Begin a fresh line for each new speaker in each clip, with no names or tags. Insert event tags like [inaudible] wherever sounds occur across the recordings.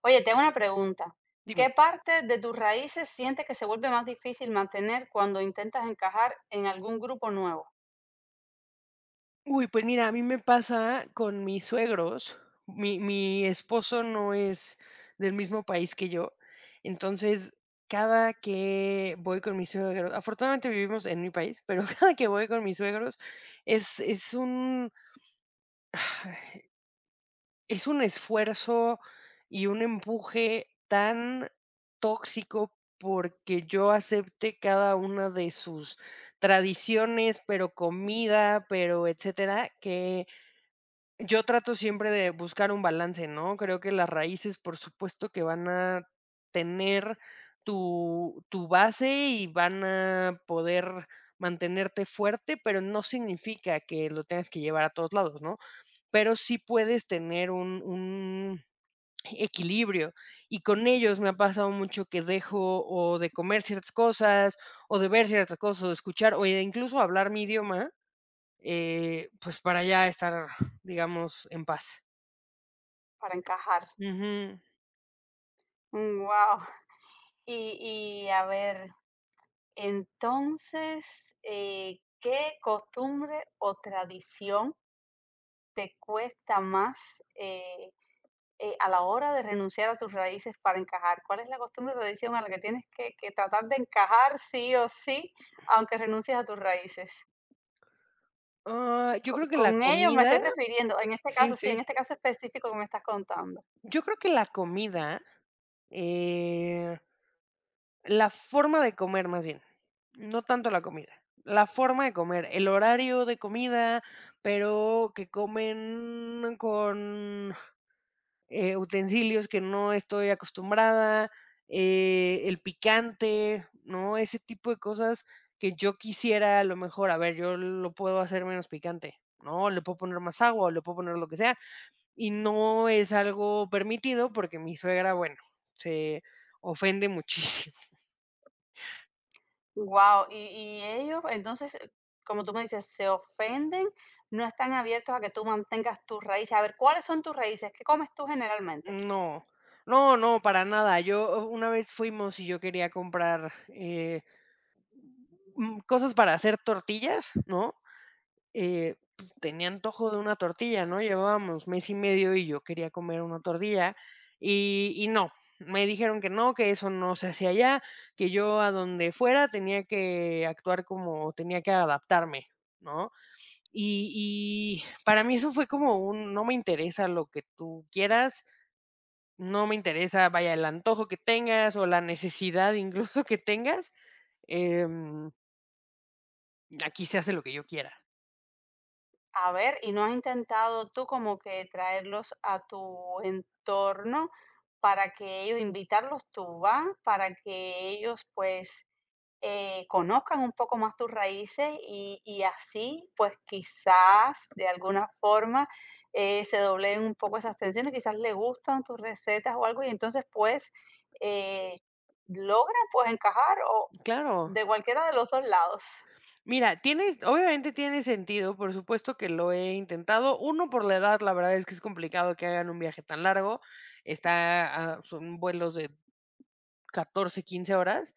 Oye, tengo una pregunta. ¿Qué
Dime.
parte de tus raíces sientes que se vuelve más difícil mantener cuando intentas encajar en algún grupo nuevo?
Uy, pues mira, a mí me pasa con mis suegros. Mi esposo no es del mismo país que yo, entonces, cada que voy con mis suegros afortunadamente vivimos en mi país, pero [laughs] cada que voy con mis suegros es un [sighs] es un esfuerzo y un empuje tan tóxico porque yo acepte cada una de sus tradiciones, pero comida, pero etcétera, que yo trato siempre de buscar un balance, ¿no? Creo que las raíces, por supuesto, que van a tener tu base y van a poder mantenerte fuerte, pero no significa que lo tengas que llevar a todos lados, ¿no? Pero sí puedes tener un equilibrio. Y con ellos me ha pasado mucho que dejo o de comer ciertas cosas, o de ver ciertas cosas, o de escuchar, o de incluso hablar mi idioma, pues para ya estar, digamos, en paz.
Para encajar.
Ujú.
Wow. A ver, entonces, ¿qué costumbre o tradición te cuesta más a la hora de renunciar a tus raíces para encajar? ¿Cuál es la costumbre o tradición a la que tienes que tratar de encajar sí o sí, aunque renuncies a tus raíces?
Ah, yo
Co
creo que la
con ellos me estoy
comida
refiriendo, en este
sí,
caso, sí,
sí.
en este caso específico que me estás contando.
Yo creo que la comida, eh, la forma de comer más bien, no tanto la comida, la forma de comer, el horario de comida, pero que comen con, utensilios que no estoy acostumbrada, el picante, ¿no? Ese tipo de cosas que yo quisiera a lo mejor, a ver, yo lo puedo hacer menos picante, ¿no? Le puedo poner más agua, o le puedo poner lo que sea, y no es algo permitido porque mi suegra, bueno, se ofende muchísimo. [laughs]
Wow. Y ellos, entonces, como tú me dices, se ofenden, no están abiertos a que tú mantengas tus raíces. A ver, ¿cuáles son tus raíces? ¿Qué comes tú generalmente?
No, no, no, para nada. Yo una vez fuimos y yo quería comprar, cosas para hacer tortillas, ¿no? Pues, tenía antojo de una tortilla, ¿no? Llevábamos mes y medio y yo quería comer una tortilla y no, me dijeron que no, que eso no se hacía allá, que yo a donde fuera tenía que actuar como tenía que adaptarme, ¿no? Y para mí eso fue como un, no me interesa lo que tú quieras, no me interesa, vaya, el antojo que tengas o la necesidad incluso que tengas, em, aquí se hace lo que yo quiera.
A ver, ¿y no has intentado tú como que traerlos a tu entorno para que ellos, invitarlos tú, va? Para que ellos pues conozcan un poco más tus raíces y así pues quizás de alguna forma se doblen un poco esas tensiones, quizás le gustan tus recetas o algo y entonces pues eh, logran pues encajar o
Claro.
de cualquiera de los dos lados.
Mira, tienes, obviamente tiene sentido, por supuesto que lo he intentado. Uno, por la edad, la verdad es que es complicado que hagan un viaje tan largo. Está, ah, son vuelos de 14 15 horas.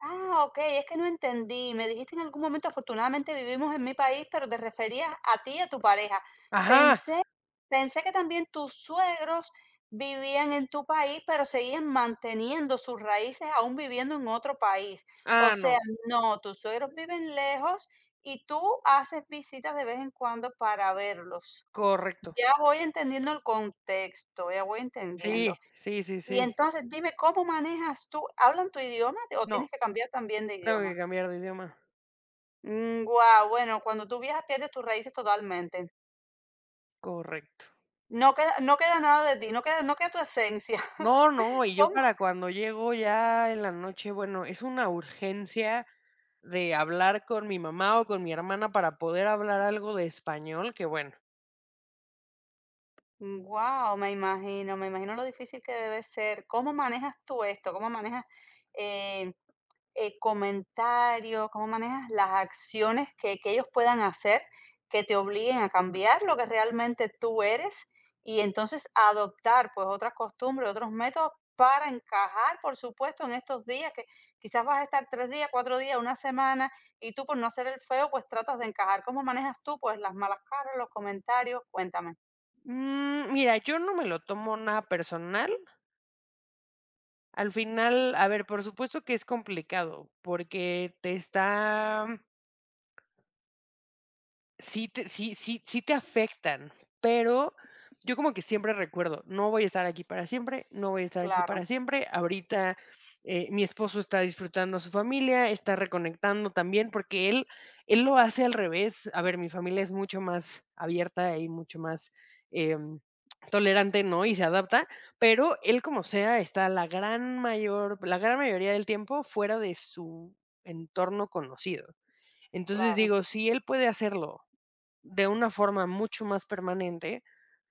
Ah, okey, es que no entendí. Me dijiste en algún momento, afortunadamente vivimos en mi país, pero te referías a ti y a tu pareja.
Ajá.
Pensé pensé que también tus suegros vivían en tu país, pero seguían manteniendo sus raíces aún viviendo en otro país. O
Ah, no.
sea, no, tus suegros viven lejos y tú haces visitas de vez en cuando para verlos.
Correcto.
Ya voy entendiendo el contexto, ya voy entendiendo.
Sí, sí, sí,
Y
sí.
entonces dime, ¿cómo manejas tú? ¿Hablan tu idioma o
No,
tienes que cambiar también de
tengo que
idioma?
cambiar de idioma,
Mm, guau, bueno, cuando tú viajas pierdes tus raíces totalmente.
correcto.
No queda, no queda nada de ti, no queda, no queda tu esencia.
No, no,
[laughs]
y yo
¿Cómo?
para cuando llego ya en la noche, bueno, es una urgencia de hablar con mi mamá o con mi hermana para poder hablar algo de español, que bueno.
Wow, me imagino lo difícil que debe ser. ¿Cómo manejas tú esto? ¿Cómo manejas eh, comentarios, cómo manejas las acciones que ellos puedan hacer que te obliguen a cambiar lo que realmente tú eres y entonces adoptar pues otras costumbres, otros métodos para encajar, por supuesto, en estos días que quizás vas a estar 3 días, 4 días, una semana y tú por no hacer el feo pues tratas de encajar. ¿Cómo manejas tú pues las malas caras, los comentarios? Cuéntame.
Mira, yo no me lo tomo nada personal. Al final, a ver, por supuesto que es complicado porque te está Sí te afectan, pero yo como que siempre recuerdo, no voy a estar aquí para siempre, no voy a estar aquí para
Claro,
siempre. Ahorita, mi esposo está disfrutando a su familia, está reconectando también, porque él lo hace al revés. A ver, mi familia es mucho más abierta y mucho más, em, tolerante, ¿no? Y se adapta, pero él como sea está la gran mayoría del tiempo fuera de su entorno conocido. Entonces
claro.
digo, si él puede hacerlo de una forma mucho más permanente,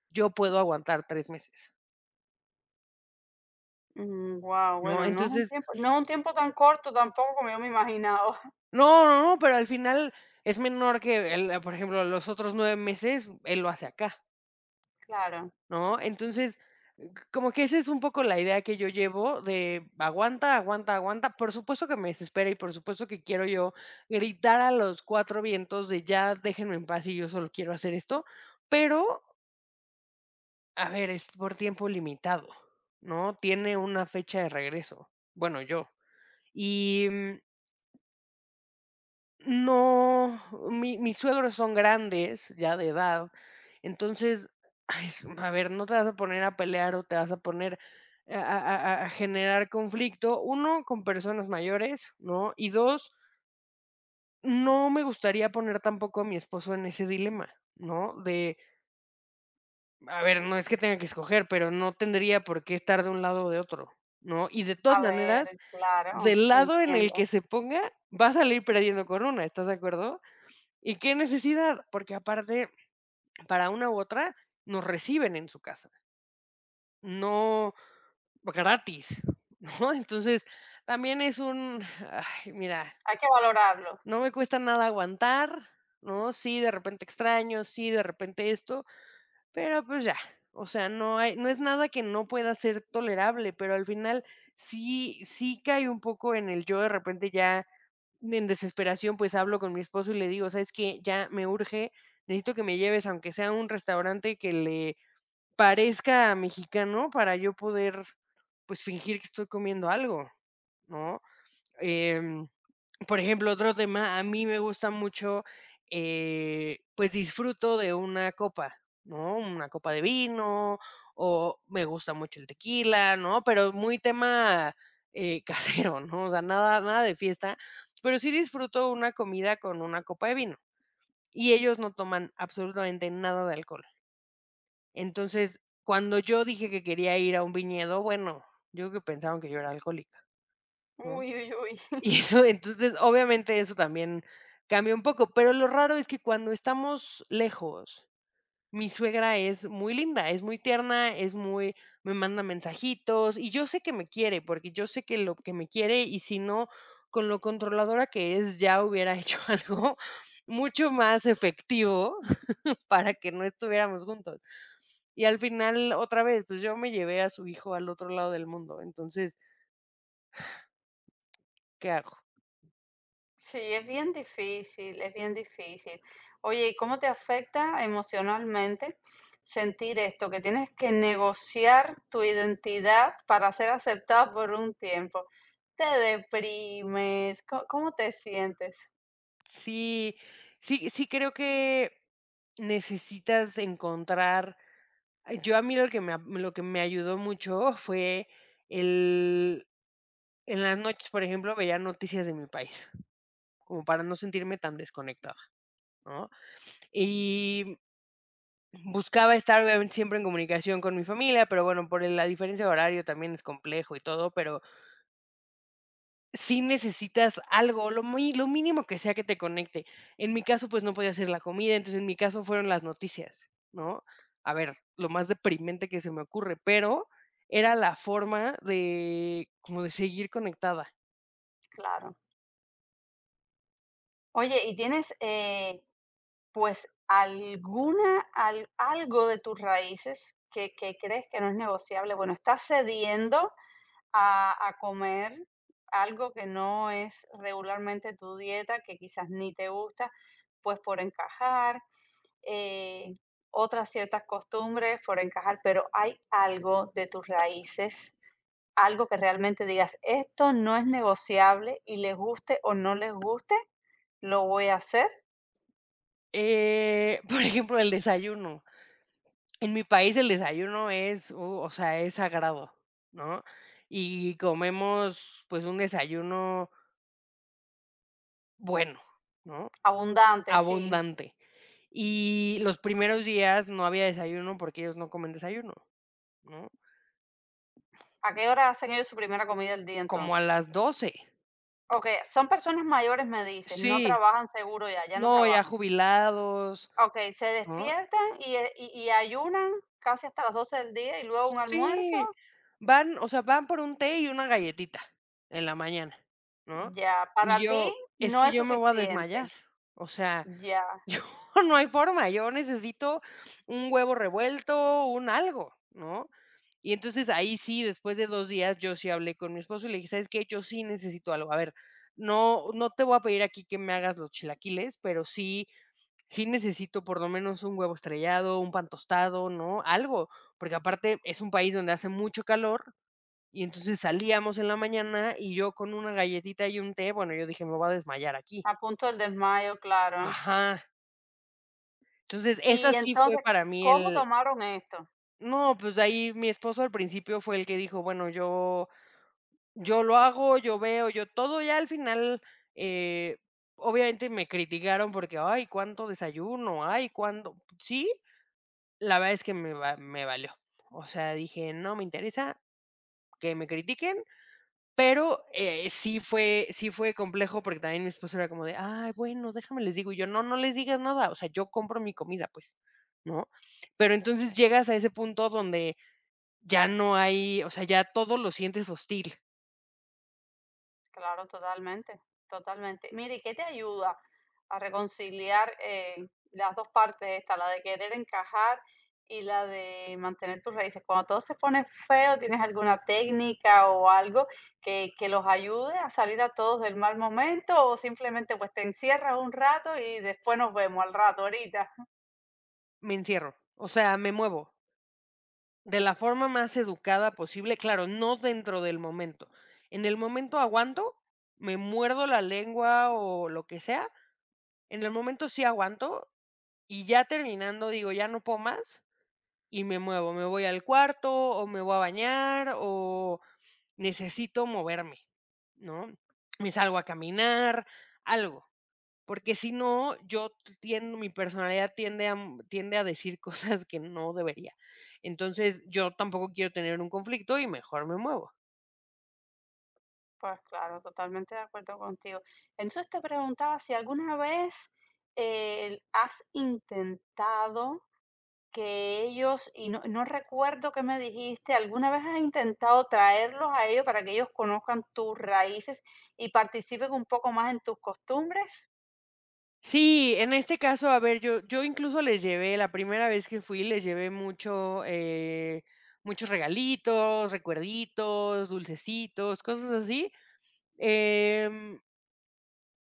yo puedo aguantar 3 meses,
Wow,
¿no?
bueno, no es un
Entonces,
tiempo, no es un tiempo tan corto tampoco como yo me imaginaba.
no, no, no, pero al final es menor que el, por ejemplo, los otros 9 meses, él lo hace acá,
[laughs] Claro.
¿no? Entonces, como que esa es un poco la idea que yo llevo de aguanta, aguanta, aguanta. Por supuesto que me desespera y por supuesto que quiero yo gritar a los 4 vientos de ya déjenme en paz y yo solo quiero hacer esto, pero a ver, es por tiempo limitado, ¿no? Tiene una fecha de regreso. Bueno, yo. Y, no, mi mis suegros son grandes, ya de edad. Entonces, ay, s a ver, no te vas a poner a pelear o te vas a poner a generar conflicto, uno con personas mayores, ¿no? Y 2 no me gustaría poner tampoco a mi esposo en ese dilema, ¿no? De a ver, no es que tenga que escoger, pero no tendría por qué estar de un lado o de otro, ¿no? Y de
A
todas
ver,
maneras,
claro,
del lado en el
entiendo.
que se ponga, va a salir perdiendo con una, ¿estás de acuerdo? ¿Y qué necesidad? Porque aparte, para una u otra, nos reciben en su casa, no gratis, [laughs] ¿no? Entonces, también es un, ay, mira,
Hay que valorarlo.
no me cuesta nada aguantar, ¿no? Sí, de repente extraño, sí, de repente esto, pero, pues, ya, o sea, no es nada que no pueda ser tolerable, pero al final sí cae un poco en el yo de repente ya en desesperación, pues, hablo con mi esposo y le digo: "¿Sabes qué? Ya me urge, necesito que me lleves, aunque sea a un restaurante que le parezca mexicano, para yo poder, pues, fingir que estoy comiendo algo", ¿no? Em por ejemplo, otro tema, a mí me gusta mucho, pues, disfruto de una copa, ¿no? Una copa de vino, o me gusta mucho el tequila, ¿no? Pero muy tema, eh, [laughs] casero, ¿no? O sea, nada nada de fiesta, pero sí disfruto una comida con una copa de vino, y ellos no toman absolutamente nada de alcohol. Entonces, cuando yo dije que quería ir a un viñedo, bueno, yo creo que pensaron que yo era alcohólica, ¿no?
Uy, uy, uy.
Y
[laughs]
eso, entonces, obviamente, eso también cambia un poco, pero lo raro es que cuando estamos lejos, mi suegra es muy linda, es muy tierna, es muy me manda mensajitos, y yo sé que me quiere, porque yo sé que lo que me quiere, y si no, con lo controladora que es, ya hubiera hecho [laughs] algo mucho más efectivo [laughs] para que no estuviéramos juntos. Y al final, otra vez, pues, yo me llevé a su hijo al otro lado del mundo, entonces, ¿qué hago?
Sí, es bien difícil, es bien difícil. Oye, ¿y cómo te afecta emocionalmente sentir esto? Que tienes que negociar tu identidad para ser aceptada por un tiempo. ¿Te deprimes? ¿Cómo te sientes?
Sí, sí creo que necesitas encontrar yo a mí lo que me ayudó mucho fue el en las noches, por ejemplo, veía noticias de mi país, como para no sentirme tan desconectada, ¿no? Y buscaba estar obviamente siempre en comunicación con mi familia, pero bueno, por el la diferencia de horario también es complejo y todo, pero si necesitas algo, lo mínimo que sea que te conecte. En mi caso, pues, no podía hacer la comida, entonces, en mi caso fueron las noticias, ¿no? A ver, lo más deprimente que se me ocurre, pero era la forma de como de seguir conectada.
Claro. Oye, ¿y tienes pues alguna al algo de tus raíces que crees que no es negociable? Bueno, estás cediendo a comer algo que no es regularmente tu dieta, que quizás ni te gusta, pues por encajar, eh, otras ciertas costumbres por encajar, pero ¿hay algo de tus raíces, algo que realmente digas, esto no es negociable y les guste o no les guste, lo voy a hacer?
[laughs] Por ejemplo, el desayuno. En mi país el desayuno es, o sea, es sagrado, ¿no? Y comemos, pues, un desayuno bueno, ¿no?
Abundante, sí.
Abundante. Y los primeros días no había desayuno porque ellos no comen desayuno, ¿no?
¿A qué hora hacen ellos su primera comida del día
Como a
entonces?
las 12.
Okey, son personas mayores, me dices, no
Sí,
trabajan seguro ya, ya no
no, ya
trabajan.
jubilados,
Okey, se
¿no?
despiertan y, y ayunan casi hasta las 12 del día y luego un almuerzo,
Sí, van, o sea, van por un té y una galletita en la mañana, ¿no?
ya,
Y
para ti
yo, es
no
que
es
yo me voy a
suficiente,
desmayar, o sea,
ya,
yo [laughs] no hay forma, yo necesito un huevo revuelto, un algo, ¿no? Y entonces ahí sí, después de 2 días, yo sí hablé con mi esposo y le dije: "¿Sabes qué? Yo sí necesito algo. A ver, no te voy a pedir aquí que me hagas los chilaquiles, pero sí necesito por lo menos un huevo estrellado, un pan tostado, ¿no? Algo". Porque aparte es un país donde hace mucho calor, y entonces salíamos en la mañana y yo con una galletita y un té, bueno, yo dije: "Me voy a desmayar aquí".
a punto del desmayo, claro.
Ajá. Entonces,
Y
esa sí fue
entonces,
para mí
¿cómo
el
tomaron esto?
no, pues, de ahí mi esposo al principio fue el que dijo: "Bueno, yo lo hago, yo veo, yo todo". Ya al final, eh, obviamente me criticaron porque: "Ay, cuánto desayuno, ay, cuándo". Sí, la verdad es que me valió. O sea, dije: "No me interesa que me critiquen". Pero, sí fue complejo, porque también mi esposo era como de: "Ay, bueno, déjame les digo", y yo: "No, no les digas nada, o sea, yo compro mi comida, pues", ¿no? Pero entonces llegas a ese punto donde ya no hay, o sea, ya todo lo sientes hostil.
Claro, totalmente, totalmente. Mire, ¿y qué te ayuda a reconciliar las dos partes, esta, la de querer encajar y la de mantener tus raíces? Cuando todo se pone feo, ¿tienes alguna técnica o algo que los ayude a salir a todos del mal momento, o simplemente pues te encierras un rato y después nos vemos al rato, ahorita?
Me encierro, o sea, me muevo de la forma más educada posible, claro, no dentro del momento. En el momento aguanto, me muerdo la lengua o lo que sea, en el momento sí aguanto, y ya terminando digo: "Ya no puedo más", y me muevo, me voy al cuarto o me voy a bañar o necesito moverme, ¿no? Me salgo a caminar, algo, porque si no, yo tiendo, mi personalidad tiende a, tiende a decir [laughs] cosas que no debería. Entonces, yo tampoco quiero tener un conflicto y mejor me muevo.
Pues claro, totalmente de acuerdo contigo. Entonces te preguntaba si alguna vez has intentado que ellos, y no, no recuerdo qué me dijiste, ¿alguna vez has intentado traerlos a ellos para que ellos conozcan tus raíces y participen un poco más en tus costumbres?
Sí, en este caso, a ver, yo incluso les llevé, la primera vez que fui, les llevé mucho, muchos regalitos, recuerditos, dulcecitos, cosas así, Em,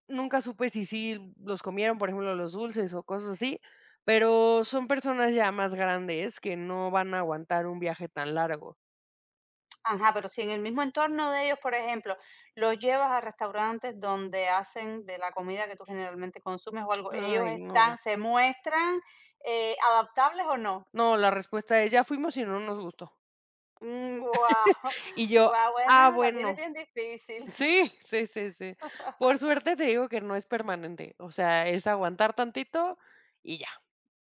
nunca supe si sí los comieron, por ejemplo, los dulces o cosas así, pero son personas ya más grandes que no van a aguantar un viaje tan largo.
Ajá, pero si en el mismo entorno de ellos, por ejemplo, los llevas a restaurantes donde hacen de la comida que tú generalmente consumes o algo, ellos
Ay, no.
están, se muestran adaptables o no.
No, la respuesta es: "Ya fuimos y no nos gustó".
Wow,
Y yo:
wow, [laughs]
"Ah,
bueno, la tienes
bueno".
bien difícil.
Sí, sí, sí, sí. Por suerte te digo que no es permanente, o sea, es aguantar tantito y ya.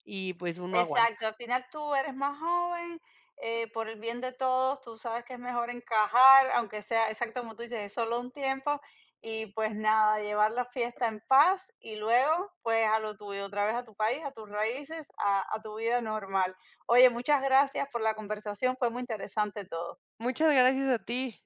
Y, pues, uno
Exacto,
aguanta.
al final tú eres más joven, por el bien de todos, tú sabes que es mejor encajar, aunque sea exacto como tú dices, es solo un tiempo, y pues nada, llevar la fiesta en paz y luego pues a lo tuyo, otra vez a tu país, a tus raíces, a tu vida normal. Oye, muchas gracias por la conversación, fue muy interesante todo.
Muchas gracias a ti.